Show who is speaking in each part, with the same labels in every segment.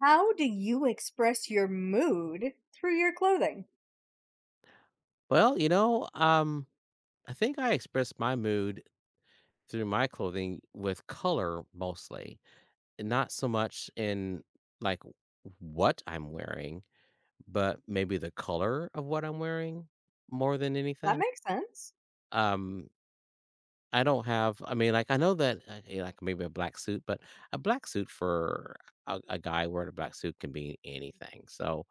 Speaker 1: How do you express your mood through your clothing?
Speaker 2: Well, you know, um, I think I express my mood through my clothing with color mostly, and not so much in like what I'm wearing, but maybe the color of what I'm wearing more than
Speaker 1: That
Speaker 2: anything.
Speaker 1: makes sense.
Speaker 2: Um, I don't have, like I know that like maybe a black suit, but a black suit for a guy wearing a black suit can be anything. So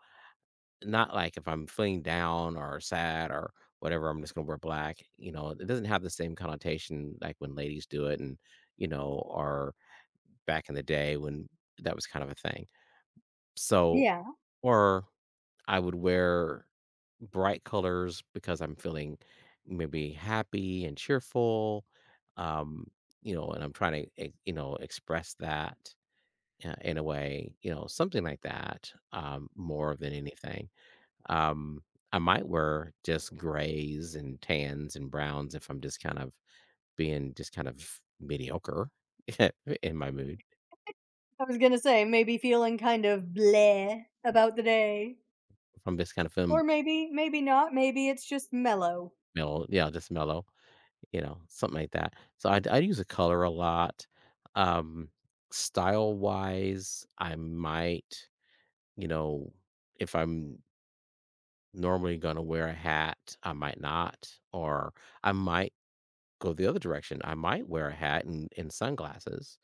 Speaker 2: not like if I'm feeling down or sad or whatever, I'm just gonna wear black, it doesn't have the same connotation like when ladies do it, and, or back in the day when that was kind of a thing. So
Speaker 1: Yeah,
Speaker 2: or I would wear bright colors because I'm feeling maybe happy and cheerful, um, and I'm trying to, express that, in a way, something like that, more than anything. Um, I might wear just grays and tans and browns if I'm just kind of being just kind of mediocre in my mood.
Speaker 1: I was gonna say maybe feeling kind of bleh about the day,
Speaker 2: If I'm just kind of feeling
Speaker 1: or maybe not. Maybe it's just mellow.
Speaker 2: mellow, yeah, just mellow, something like that. So I use a color a lot. Um, style wise, I might, you know, if I'm normally going to wear a hat, I might not, or I might go the other direction. I might wear a hat and, sunglasses,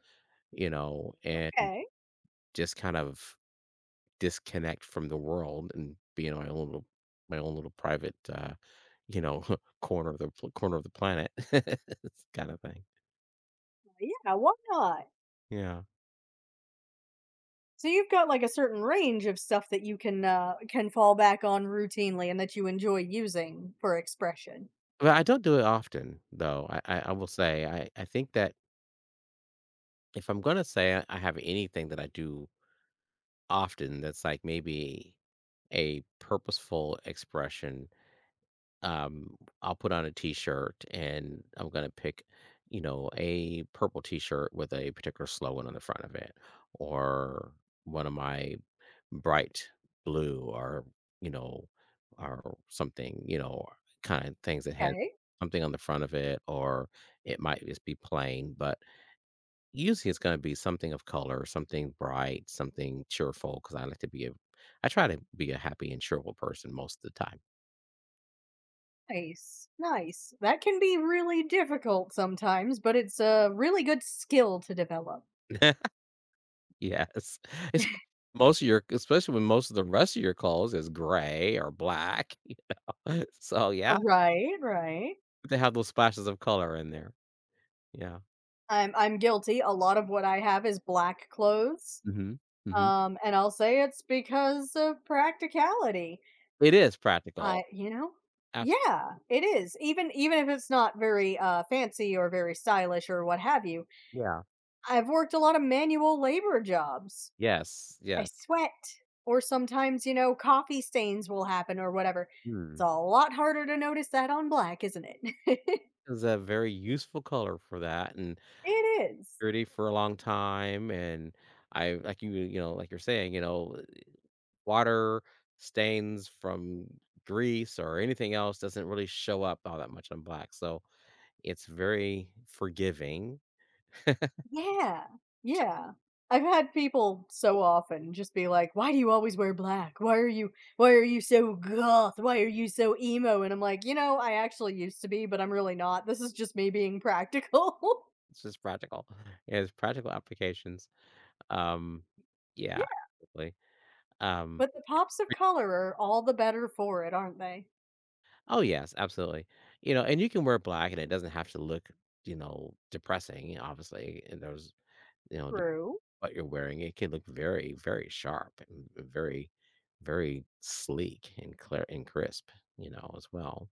Speaker 2: and
Speaker 1: Okay.
Speaker 2: just kind of disconnect from the world and be in my own little private, you know, corner of the planet kind of thing.
Speaker 1: Yeah, why not?
Speaker 2: Yeah.
Speaker 1: So you've got like a certain range of stuff that you can fall back on routinely and that you enjoy using for expression.
Speaker 2: But I don't do it often, though. I will say I think that if I'm gonna say I have anything that I do often that's, like, maybe a purposeful expression. um I'll put on a t-shirt, and I'm going to pick, a purple t-shirt with a particular slogan on the front of it, or one of my bright blue, or, you know, or something, you know, kind of things that has
Speaker 1: Okay.
Speaker 2: something on the front of it, or it might just be plain, but usually it's going to be something of color, something bright, something cheerful, cuz I like to be a I try to be a happy and cheerful person most of the time.
Speaker 1: Nice, nice. That can be really difficult sometimes, but it's a really good skill to develop.
Speaker 2: Yes. It's most of your especially when most of the rest of your clothes is gray or black. So,
Speaker 1: Uh,
Speaker 2: yeah,
Speaker 1: right, right.
Speaker 2: they have those splashes of color in there. Yeah.
Speaker 1: I'm guilty, a lot of what I have is black clothes,
Speaker 2: Mhm. Mhm.
Speaker 1: and I'll say it's because of practicality.
Speaker 2: It is
Speaker 1: I
Speaker 2: practical.
Speaker 1: You know?
Speaker 2: Absolutely.
Speaker 1: Yeah, it is, even if it's not very, fancy or very stylish or what have you,
Speaker 2: Yeah.
Speaker 1: I've worked a lot of manual labor jobs.
Speaker 2: Yes,
Speaker 1: I
Speaker 2: yes.
Speaker 1: sweat, or sometimes, coffee stains will happen or whatever. It's
Speaker 2: Mm.
Speaker 1: a lot harder to notice that on black, isn't it?
Speaker 2: It's a very useful color for that and
Speaker 1: It is.
Speaker 2: pretty for a long time, and I like you know, like you're saying, water stains from grease or anything else doesn't really show up all that much on black, so it's very forgiving.
Speaker 1: Yeah, yeah. I've had people so often just be like, "Why do you always wear black? Why are you so goth? Why are you so emo?" And I'm like, "You know, I actually used to be, but I'm really not. This is just me being practical."
Speaker 2: It's just practical. It has practical applications. Um, yeah,
Speaker 1: yeah,
Speaker 2: absolutely. Um,
Speaker 1: but the pops of color are all the better for it, aren't they?
Speaker 2: oh yes, absolutely. You know, and you can wear black, and it doesn't have to look, depressing. Obviously, and there's, you know, dep-
Speaker 1: True.
Speaker 2: what you're wearing, it can look very, very sharp and very, very sleek and clear and crisp. You know, as well.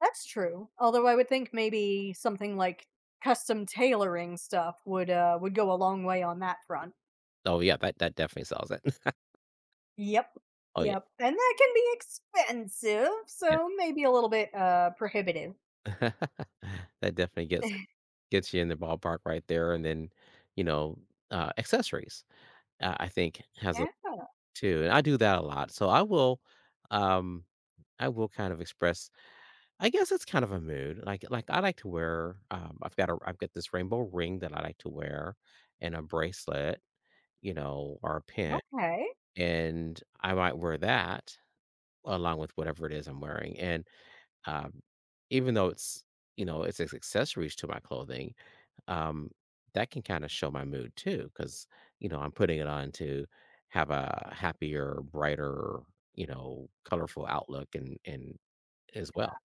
Speaker 1: That's true. Although I would think maybe something like custom tailoring stuff would go a long way on that front.
Speaker 2: Oh yeah, that that definitely sells it.
Speaker 1: Yep.
Speaker 2: Oh yeah,
Speaker 1: Yep, and that can be expensive,
Speaker 2: yeah.
Speaker 1: so maybe a little bit, prohibitive.
Speaker 2: That definitely gets you in the ballpark right there, and then, you know, accessories, I think has a
Speaker 1: Yeah,
Speaker 2: too, and I do that a lot. So um, I will kind of express. I guess it's kind of a mood. Like I like to wear. I've got this rainbow ring that I like to wear, and a bracelet, or a pin,
Speaker 1: okay.
Speaker 2: and I might wear that along with whatever it is I'm wearing, and um, even though it's it's accessories to my clothing, um, that can kinda show my mood too, because I'm putting it on to have a happier, brighter, colorful outlook and as well.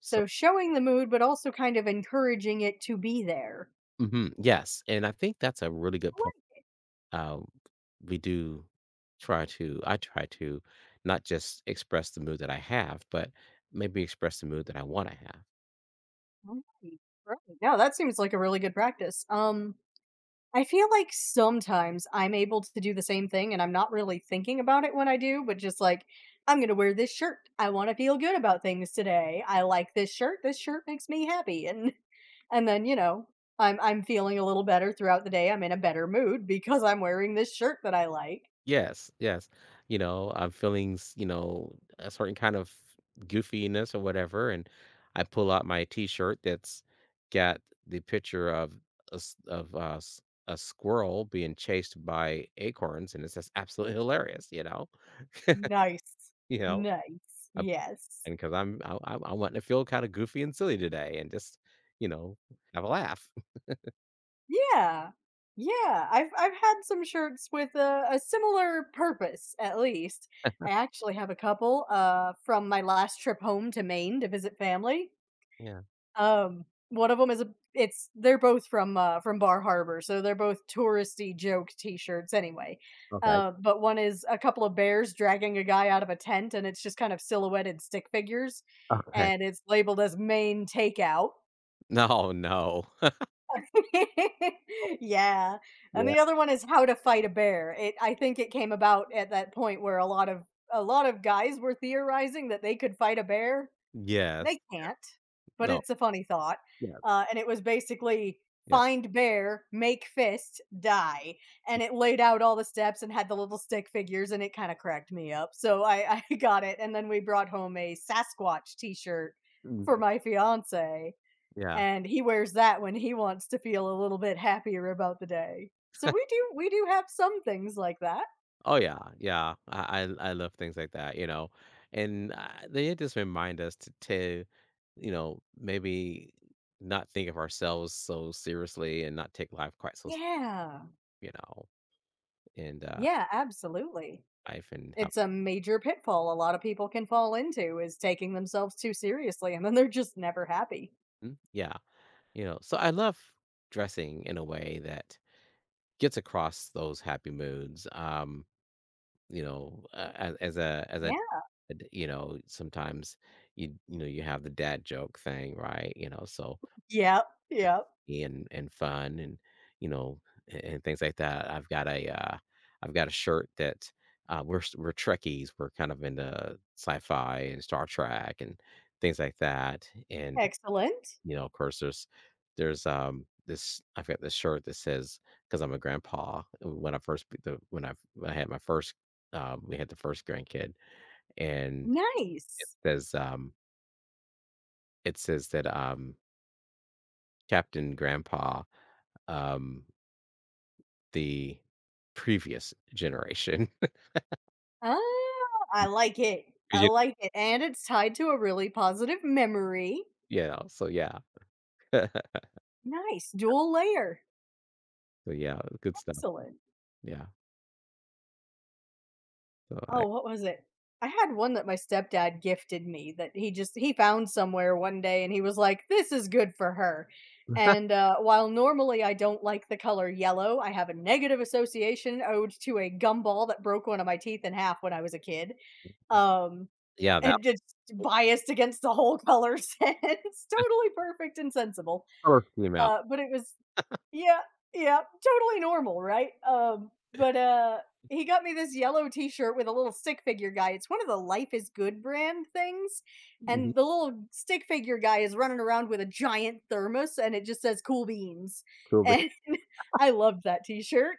Speaker 2: So
Speaker 1: So showing the mood, but also kind of encouraging it to be there.
Speaker 2: mhm, yes, and I think that's a really good point. Um, we do try to I try to not just express the mood that I have, but maybe express the mood that I wanna have.
Speaker 1: Right, right, right. No, that seems like a really good practice. I feel like sometimes I'm able to do the same thing and I'm not really thinking about it when I do, but just like, I'm going to wear this shirt. I want to feel good about things today. I like this shirt. This shirt makes me happy. And then, I'm feeling a little better throughout the day. I'm in a better mood because I'm wearing this shirt that I like.
Speaker 2: Yes, yes. You know, I'm feeling, a certain kind of goofiness or whatever, and I pull out my T-shirt that's got the picture of a s of a s a squirrel being chased by acorns, and it's just absolutely hilarious, you know?
Speaker 1: Nice.
Speaker 2: You know,
Speaker 1: Nice.
Speaker 2: I,
Speaker 1: Yes.
Speaker 2: and because 'cause I'm I wanting to feel kinda goofy and silly today and just, you know, have a laugh.
Speaker 1: Yeah. Yeah, I've had some shirts with a similar purpose, at least. I actually have a couple, from my last trip home to Maine to visit family.
Speaker 2: Yeah.
Speaker 1: One of them is a it's they're both from Bar Harbor, so they're both touristy joke T-shirts anyway.
Speaker 2: Okay,
Speaker 1: But one is a couple of bears dragging a guy out of a tent, and it's just kind of silhouetted stick figures,
Speaker 2: okay.
Speaker 1: and it's labeled as Maine Takeout.
Speaker 2: No, no.
Speaker 1: Yeah, and
Speaker 2: Yeah.
Speaker 1: the other one is How to Fight a Bear. It I think it came about at that point where a lot of guys were theorizing that they could fight a bear.
Speaker 2: Yes.
Speaker 1: They can't, but
Speaker 2: No.
Speaker 1: it's a funny thought.
Speaker 2: Yeah,
Speaker 1: And it was basically
Speaker 2: yeah.
Speaker 1: find bear, make fist, die. And it laid out all the steps and had the little stick figures, and it kind of cracked me up. So I, I got it. And then we brought home a Sasquatch t shirt for
Speaker 2: Mhm.
Speaker 1: my fiance
Speaker 2: Yeah.
Speaker 1: and he wears that when he wants to feel a little bit happier about the day. So we do have some things like that.
Speaker 2: Oh yeah, yeah. I love things like that, and they just remind us to, maybe not think of ourselves so seriously and not take life quite so,
Speaker 1: Yeah.
Speaker 2: you know, and
Speaker 1: Yeah, absolutely.
Speaker 2: life and how,
Speaker 1: It's a major pitfall a lot of people can fall into is taking themselves too seriously and then they're just never happy.
Speaker 2: mm, yeah, you know. So I love dressing in a way that gets across those happy moods. You know, as a
Speaker 1: Yeah.
Speaker 2: you know, sometimes you know you have the dad joke thing, right? You know, so
Speaker 1: Yep. Yep.
Speaker 2: and fun and you know and, things like that. I've got a shirt that we're we're Trekkies. We're kind of into sci-fi and Star Trek and things like that. And
Speaker 1: Excellent.
Speaker 2: you know, of course, there's this I've got this shirt that says because I'm a grandpa. When I first be- the when I had my first, we had the first grandkid, and it
Speaker 1: Nice.
Speaker 2: says um it says that Captain Grandpa, um the previous generation.
Speaker 1: Ah, I like it.
Speaker 2: 'Cause
Speaker 1: I
Speaker 2: You
Speaker 1: like it. And it's tied to a really positive memory.
Speaker 2: you know, so yeah.
Speaker 1: Nice. Dual layer.
Speaker 2: So yeah, good stuff.
Speaker 1: Excellent.
Speaker 2: Yeah. So I
Speaker 1: Oh, what was it? I had one that my stepdad gifted me that he just he found somewhere one day and he was like, "This is good for her." And while normally I don't like the color yellow, I have a negative association owed to a gumball that broke one of my teeth in half when I was a kid. Um,
Speaker 2: yeah, that
Speaker 1: and just biased against the whole color sense.
Speaker 2: just
Speaker 1: Totally perfect and sensible.
Speaker 2: color scheme out.
Speaker 1: But it was yeah, yeah, totally normal, right? He got me this yellow t-shirt with a little stick figure guy. It's one of the Life is Good brand things,
Speaker 2: Mhm.
Speaker 1: and the little stick figure guy is running around with a giant thermos, and it just says "Cool Beans."
Speaker 2: Cool, but
Speaker 1: And I loved that t-shirt.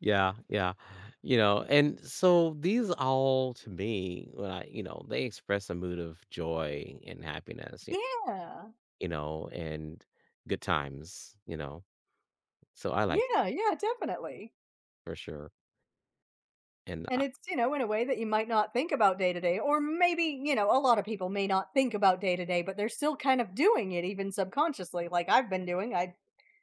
Speaker 2: yeah, yeah. You know, and so these all to me, when I you know, they express a mood of joy and happiness, y
Speaker 1: Yeah.
Speaker 2: you know, and good times, you know. So I like
Speaker 1: Yeah, yeah, definitely.
Speaker 2: for sure. And
Speaker 1: And
Speaker 2: I
Speaker 1: it's, you know, in a way that you might not think about day to day, or maybe, you know, a lot of people may not think about day to day, but they're still kind of doing it even subconsciously, like I've been doing. I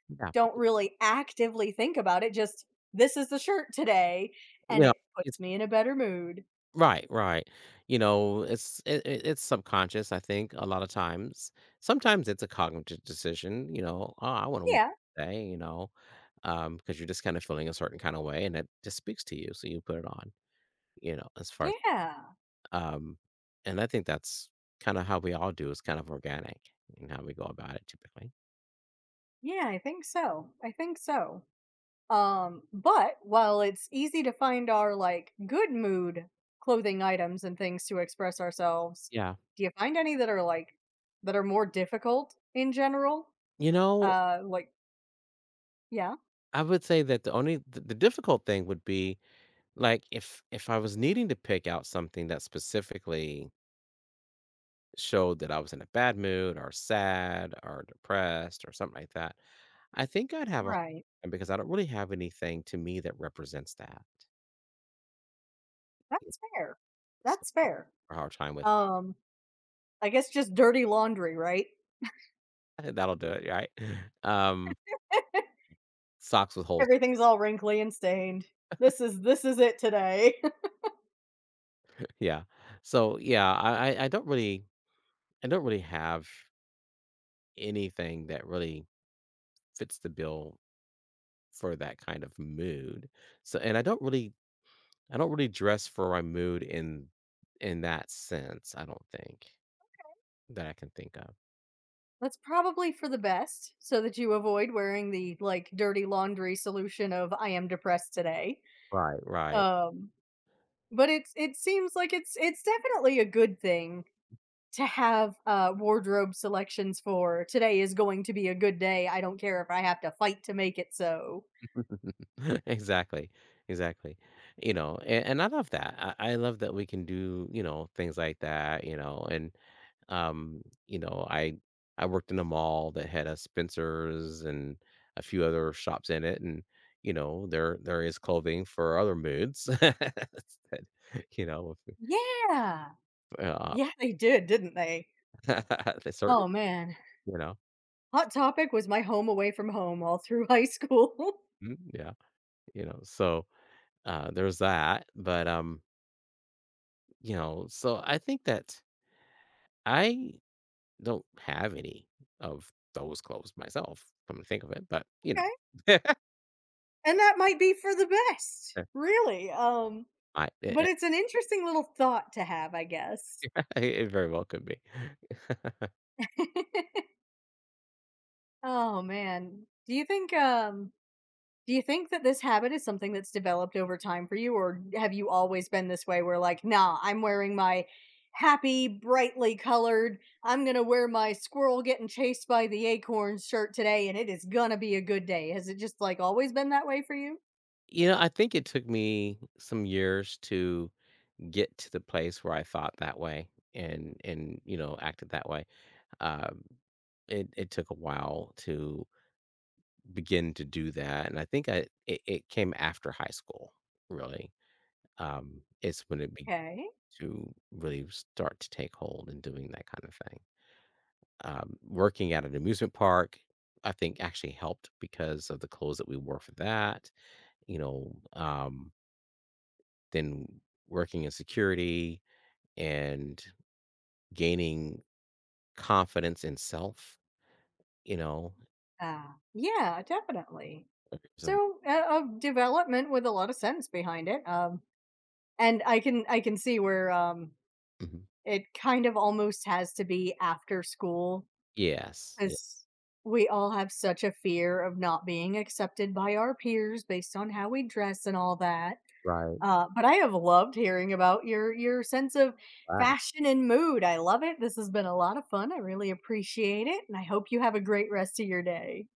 Speaker 2: yeah,
Speaker 1: don't really actively think about it, just, "This is the shirt today,"
Speaker 2: you
Speaker 1: and
Speaker 2: know.
Speaker 1: it puts me in a better mood.
Speaker 2: Right, right. You know, it's subconscious. I think a lot of times. Sometimes it's a cognitive decision. You know, oh, I want to work
Speaker 1: Yeah,
Speaker 2: today. You know, because you're just kind of feeling a certain kind of way, and it just speaks to you, so you put it on. You know, as far as
Speaker 1: yeah,
Speaker 2: um, and I think that's kind of how we all do. It's kind of organic in how we go about it, typically.
Speaker 1: yeah, I think so. But while it's easy to find our, like, good mood clothing items and things to express ourselves,
Speaker 2: Yeah.
Speaker 1: do you find any that are, that are more difficult in general?
Speaker 2: You know,
Speaker 1: Uh, like yeah,
Speaker 2: I would say that the only the difficult thing would be like if I was needing to pick out something that specifically showed that I was in a bad mood or sad or depressed or something like that, I think I'd have a
Speaker 1: right.
Speaker 2: and because I don't really have anything to me that represents that.
Speaker 1: That's fair.
Speaker 2: It's
Speaker 1: That's fair.
Speaker 2: a hard time with.
Speaker 1: Um, I guess just dirty laundry, right?
Speaker 2: I think that'll do it, right? Um, socks with holes in
Speaker 1: Everything's all wrinkly and stained. This is it today.
Speaker 2: it. Yeah. So yeah, I don't really I don't really have anything that really fits the bill for that kind of mood. So and I don't really dress for my mood in that sense, I don't think that I can think of.
Speaker 1: That's probably for the best so that you avoid wearing the, like, dirty laundry solution of "I am depressed today."
Speaker 2: Right, right.
Speaker 1: Um, but it seems like it's definitely a good thing to have, wardrobe selections for, "Today is going to be a good day. I don't care if I have to fight to make it so."
Speaker 2: Exactly, exactly. You know, and I love that. I love that we can do, things like that, and um, you know, I I worked in a mall that had a Spencer's and a few other shops in it, and you know, there is clothing for other moods. That, you know,
Speaker 1: Yeah.
Speaker 2: uh,
Speaker 1: Yeah, they did, didn't they?
Speaker 2: that certainly,
Speaker 1: Oh, man.
Speaker 2: you know.
Speaker 1: Hot Topic was my home away from home all through high school.
Speaker 2: Mhm, yeah, you know. So, there's that, but so I think that I don't have any of those clothes myself, come to think of it, but, you
Speaker 1: Okay.
Speaker 2: know,
Speaker 1: And that might be for the best, really,
Speaker 2: I
Speaker 1: but
Speaker 2: it
Speaker 1: it's an interesting little thought to have, I guess.
Speaker 2: it very well could be.
Speaker 1: Oh, man. Do you think that this habit is something that's developed over time for you, or have you always been this way where, like, "Nah, I'm wearing my happy, brightly colored, I'm gonna wear my squirrel getting chased by the acorn shirt today, and it is gonna be a good day." Has it just, like, always been that way for you?
Speaker 2: You know, I think it took me some years to get to the place where I thought that way and, you know, acted that way. Um, it it took a while to begin to do that, and I think I it it came after high school, really. It's when it be
Speaker 1: Okay.
Speaker 2: to really start to take hold and doing that kind of thing. Working at an amusement park, I think actually helped because of the clothes that we wore for that, you know, um, then working in security and gaining confidence in self, you know,
Speaker 1: Uh, yeah, definitely.
Speaker 2: in terms of
Speaker 1: So a development with a lot of sense behind it. And I can see where
Speaker 2: mhm.
Speaker 1: it kind of almost has to be after school
Speaker 2: Yes. Yeah.
Speaker 1: because we all have such a fear of not being accepted by our peers based on how we dress and all that.
Speaker 2: Right.
Speaker 1: But I have loved hearing about your sense of
Speaker 2: Right.
Speaker 1: fashion and mood. I love it. This has been a lot of fun. I really appreciate it, and I hope you have a great rest of your day.